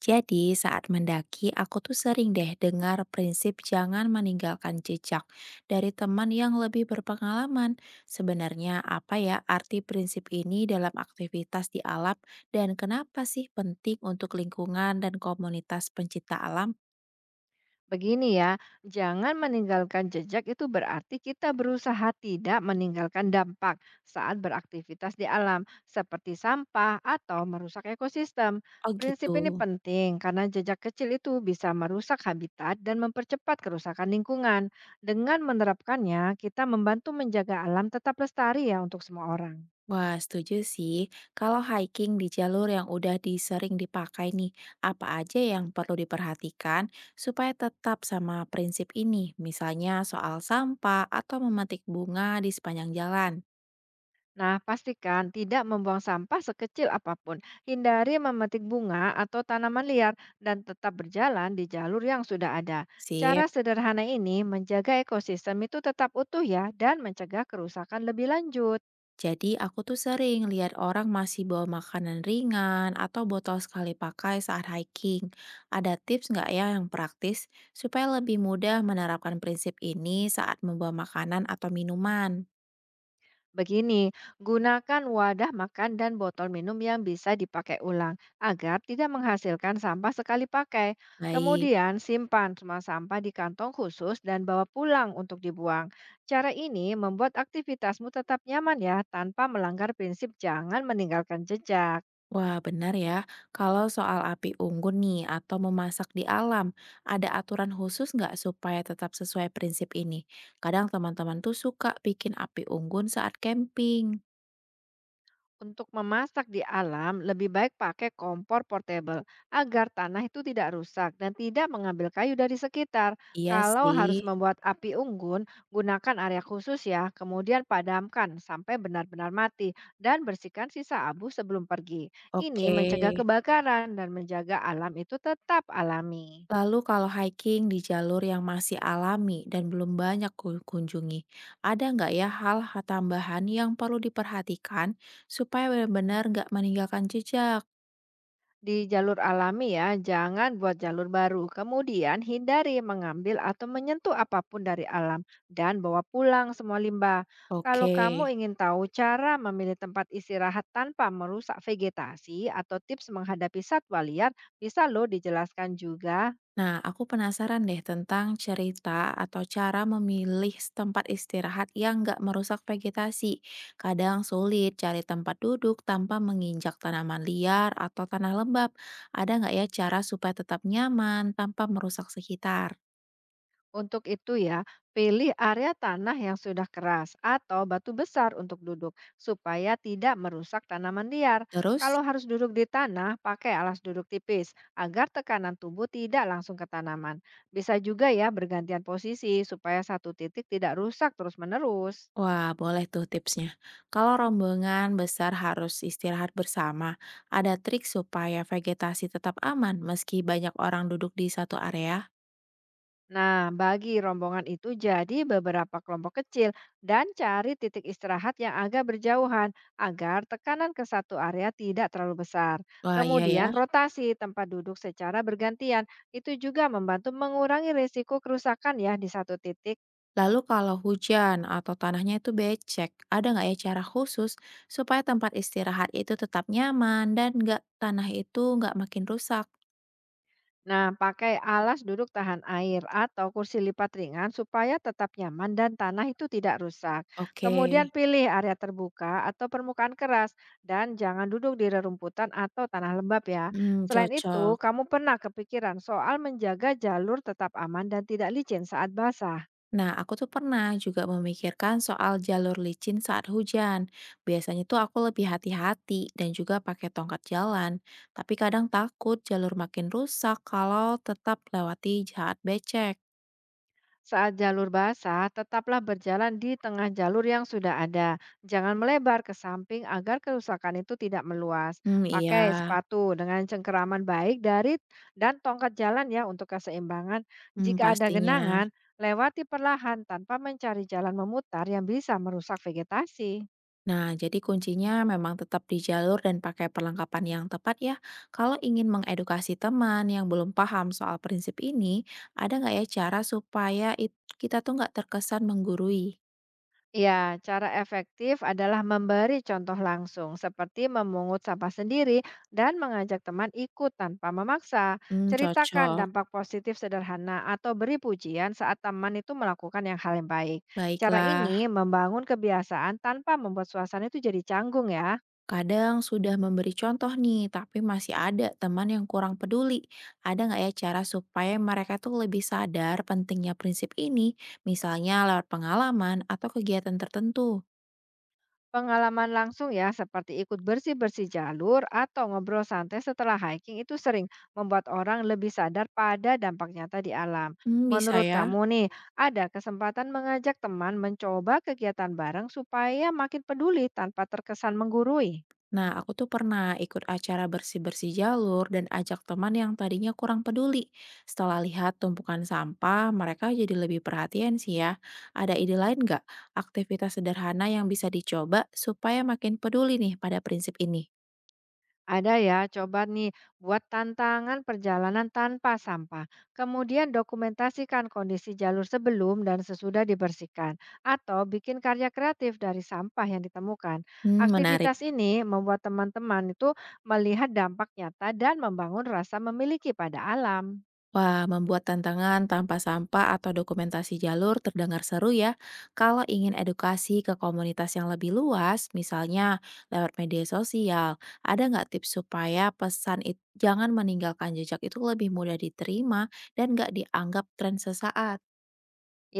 Jadi saat mendaki, aku tuh sering deh dengar prinsip jangan meninggalkan jejak dari teman yang lebih berpengalaman. Sebenarnya apa ya arti prinsip ini dalam aktivitas di alam dan kenapa sih penting untuk lingkungan dan komunitas pencinta alam? Begini ya, jangan meninggalkan jejak itu berarti kita berusaha tidak meninggalkan dampak saat beraktivitas di alam, seperti sampah atau merusak ekosistem. Oh Prinsip gitu. ini penting karena jejak kecil itu bisa merusak habitat dan mempercepat kerusakan lingkungan. Dengan menerapkannya, kita membantu menjaga alam tetap lestari ya untuk semua orang. Wah, setuju sih. Kalau hiking di jalur yang udah sering dipakai nih, apa aja yang perlu diperhatikan supaya tetap sama prinsip ini? Misalnya soal sampah atau memetik bunga di sepanjang jalan. Nah, pastikan tidak membuang sampah sekecil apapun. Hindari memetik bunga atau tanaman liar dan tetap berjalan di jalur yang sudah ada. Cara Sip. sederhana ini menjaga ekosistem itu tetap utuh ya dan mencegah kerusakan lebih lanjut. Jadi aku tuh sering lihat orang masih bawa makanan ringan atau botol sekali pakai saat hiking. Ada tips nggak ya yang praktis supaya lebih mudah menerapkan prinsip ini saat membawa makanan atau minuman? Begini, gunakan wadah makan dan botol minum yang bisa dipakai ulang agar tidak menghasilkan sampah sekali pakai. Baik. Kemudian, simpan semua sampah di kantong khusus dan bawa pulang untuk dibuang. Cara ini membuat aktivitasmu tetap nyaman ya, tanpa melanggar prinsip jangan meninggalkan jejak. Wah, benar ya. Kalau soal api unggun nih atau memasak di alam, ada aturan khusus nggak supaya tetap sesuai prinsip ini? Kadang teman-teman tuh suka bikin api unggun saat camping. Untuk memasak di alam, lebih baik pakai kompor portable agar tanah itu tidak rusak dan tidak mengambil kayu dari sekitar. Iya Kalau sih. harus membuat api unggun, gunakan area khusus ya, kemudian padamkan sampai benar-benar mati dan bersihkan sisa abu sebelum pergi. Ini Oke. mencegah kebakaran dan menjaga alam itu tetap alami. Lalu kalau hiking di jalur yang masih alami dan belum banyak kunjungi, ada nggak ya hal tambahan yang perlu diperhatikan supaya benar-benar nggak meninggalkan jejak? Di jalur alami ya, jangan buat jalur baru. Kemudian hindari mengambil atau menyentuh apapun dari alam dan bawa pulang semua limbah. Kalau Oke. kamu ingin tahu cara memilih tempat istirahat tanpa merusak vegetasi atau tips menghadapi satwa liar, bisa lo dijelaskan juga. Nah, aku penasaran deh tentang cerita atau cara memilih tempat istirahat yang nggak merusak vegetasi. Kadang sulit cari tempat duduk tanpa menginjak tanaman liar atau tanah lembab. Ada nggak ya cara supaya tetap nyaman tanpa merusak sekitar? Untuk itu ya, pilih area tanah yang sudah keras atau batu besar untuk duduk supaya tidak merusak tanaman liar. Terus, Kalau harus duduk di tanah, pakai alas duduk tipis agar tekanan tubuh tidak langsung ke tanaman. Bisa juga ya bergantian posisi supaya satu titik tidak rusak terus-menerus. wah boleh tuh tipsnya. Kalau rombongan besar harus istirahat bersama, ada trik supaya vegetasi tetap aman meski banyak orang duduk di satu area? Nah, bagi rombongan itu jadi beberapa kelompok kecil dan cari titik istirahat yang agak berjauhan agar tekanan ke satu area tidak terlalu besar. Wah iya ya. Kemudian rotasi tempat duduk secara bergantian itu juga membantu mengurangi risiko kerusakan ya di satu titik. Lalu kalau hujan atau tanahnya itu becek, ada nggak ya cara khusus supaya tempat istirahat itu tetap nyaman dan nggak tanah itu nggak makin rusak? Nah, pakai alas duduk tahan air atau kursi lipat ringan supaya tetap nyaman dan tanah itu tidak rusak. Oke, Kemudian pilih area terbuka atau permukaan keras dan jangan duduk di rerumputan atau tanah lembab ya. hmm, Selain itu, cocok. kamu pernah kepikiran soal menjaga jalur tetap aman dan tidak licin saat basah. Nah, aku tuh pernah juga memikirkan soal jalur licin saat hujan. Biasanya tuh aku lebih hati-hati dan juga pakai tongkat jalan. Tapi kadang takut jalur makin rusak kalau tetap lewati jahat becek. Saat jalur basah, tetaplah berjalan di tengah jalur yang sudah ada. Jangan melebar ke samping agar kerusakan itu tidak meluas. Hmm, iya. Pakai sepatu dengan cengkeraman baik dari dan tongkat jalan ya untuk keseimbangan. Hmm, Jika ada pastinya. genangan, lewati perlahan tanpa mencari jalan memutar yang bisa merusak vegetasi. Nah, jadi kuncinya memang tetap di jalur dan pakai perlengkapan yang tepat ya. Kalau ingin mengedukasi teman yang belum paham soal prinsip ini, ada nggak ya cara supaya kita tuh nggak terkesan menggurui? Ya, cara efektif adalah memberi contoh langsung, seperti memungut sampah sendiri dan mengajak teman ikut tanpa memaksa. Hmm, Ceritakan cocok. dampak positif sederhana atau beri pujian saat teman itu melakukan yang hal yang baik. Cara Baiklah, ini membangun kebiasaan tanpa membuat suasana itu jadi canggung ya. kadang sudah memberi contoh nih, tapi masih ada teman yang kurang peduli. Ada nggak ya cara supaya mereka tuh lebih sadar pentingnya prinsip ini, misalnya lewat pengalaman atau kegiatan tertentu? Pengalaman langsung ya, seperti ikut bersih-bersih jalur atau ngobrol santai setelah hiking itu sering membuat orang lebih sadar pada dampak nyata di alam. Hmm, bisa Menurut ya. kamu nih, ada kesempatan mengajak teman mencoba kegiatan bareng supaya makin peduli tanpa terkesan menggurui? Nah, aku tuh pernah ikut acara bersih-bersih jalur dan ajak teman yang tadinya kurang peduli. Setelah lihat tumpukan sampah, mereka jadi lebih perhatian sih ya. Ada ide lain nggak? Aktivitas sederhana yang bisa dicoba supaya makin peduli nih pada prinsip ini. Ada ya, coba nih buat tantangan perjalanan tanpa sampah. Kemudian dokumentasikan kondisi jalur sebelum dan sesudah dibersihkan. Atau bikin karya kreatif dari sampah yang ditemukan. Hmm, menarik. Aktivitas ini membuat teman-teman itu melihat dampak nyata dan membangun rasa memiliki pada alam. Wah, membuat tantangan tanpa sampah atau dokumentasi jalur terdengar seru ya. Kalau ingin edukasi ke komunitas yang lebih luas, misalnya lewat media sosial, ada nggak tips supaya pesan itu jangan meninggalkan jejak itu lebih mudah diterima dan nggak dianggap tren sesaat?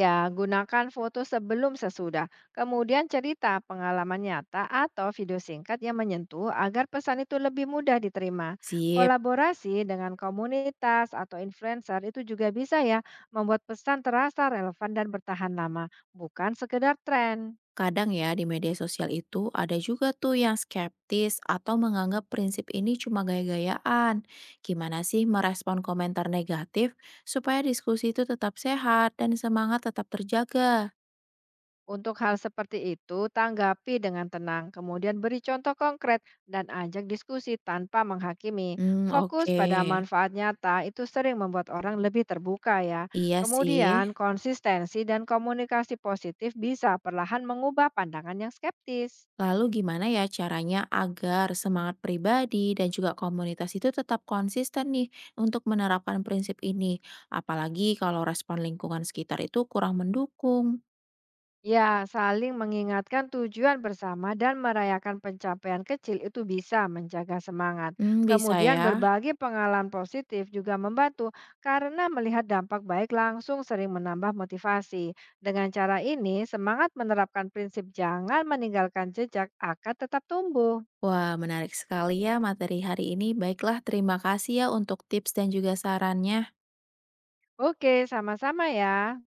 Ya, gunakan foto sebelum sesudah. Kemudian cerita pengalaman nyata atau video singkat yang menyentuh agar pesan itu lebih mudah diterima. Sip. Kolaborasi dengan komunitas atau influencer itu juga bisa ya membuat pesan terasa relevan dan bertahan lama, bukan sekedar tren. Kadang ya di media sosial itu ada juga tuh yang skeptis atau menganggap prinsip ini cuma gaya-gayaan. Gimana sih merespon komentar negatif supaya diskusi itu tetap sehat dan semangat tetap terjaga? Untuk hal seperti itu, tanggapi dengan tenang, kemudian beri contoh konkret dan ajak diskusi tanpa menghakimi. Hmm, Fokus oke. pada manfaat nyata itu sering membuat orang lebih terbuka ya. Iya Kemudian, sih. konsistensi dan komunikasi positif bisa perlahan mengubah pandangan yang skeptis. Lalu gimana ya caranya agar semangat pribadi dan juga komunitas itu tetap konsisten nih untuk menerapkan prinsip ini? Apalagi kalau respon lingkungan sekitar itu kurang mendukung. Ya, saling mengingatkan tujuan bersama dan merayakan pencapaian kecil itu bisa menjaga semangat. Hmm, bisa Kemudian ya. berbagi pengalaman positif juga membantu karena melihat dampak baik langsung sering menambah motivasi. Dengan cara ini, semangat menerapkan prinsip jangan meninggalkan jejak akan tetap tumbuh. Wah, menarik sekali ya materi hari ini. Baiklah, terima kasih ya untuk tips dan juga sarannya. Oke, sama-sama ya.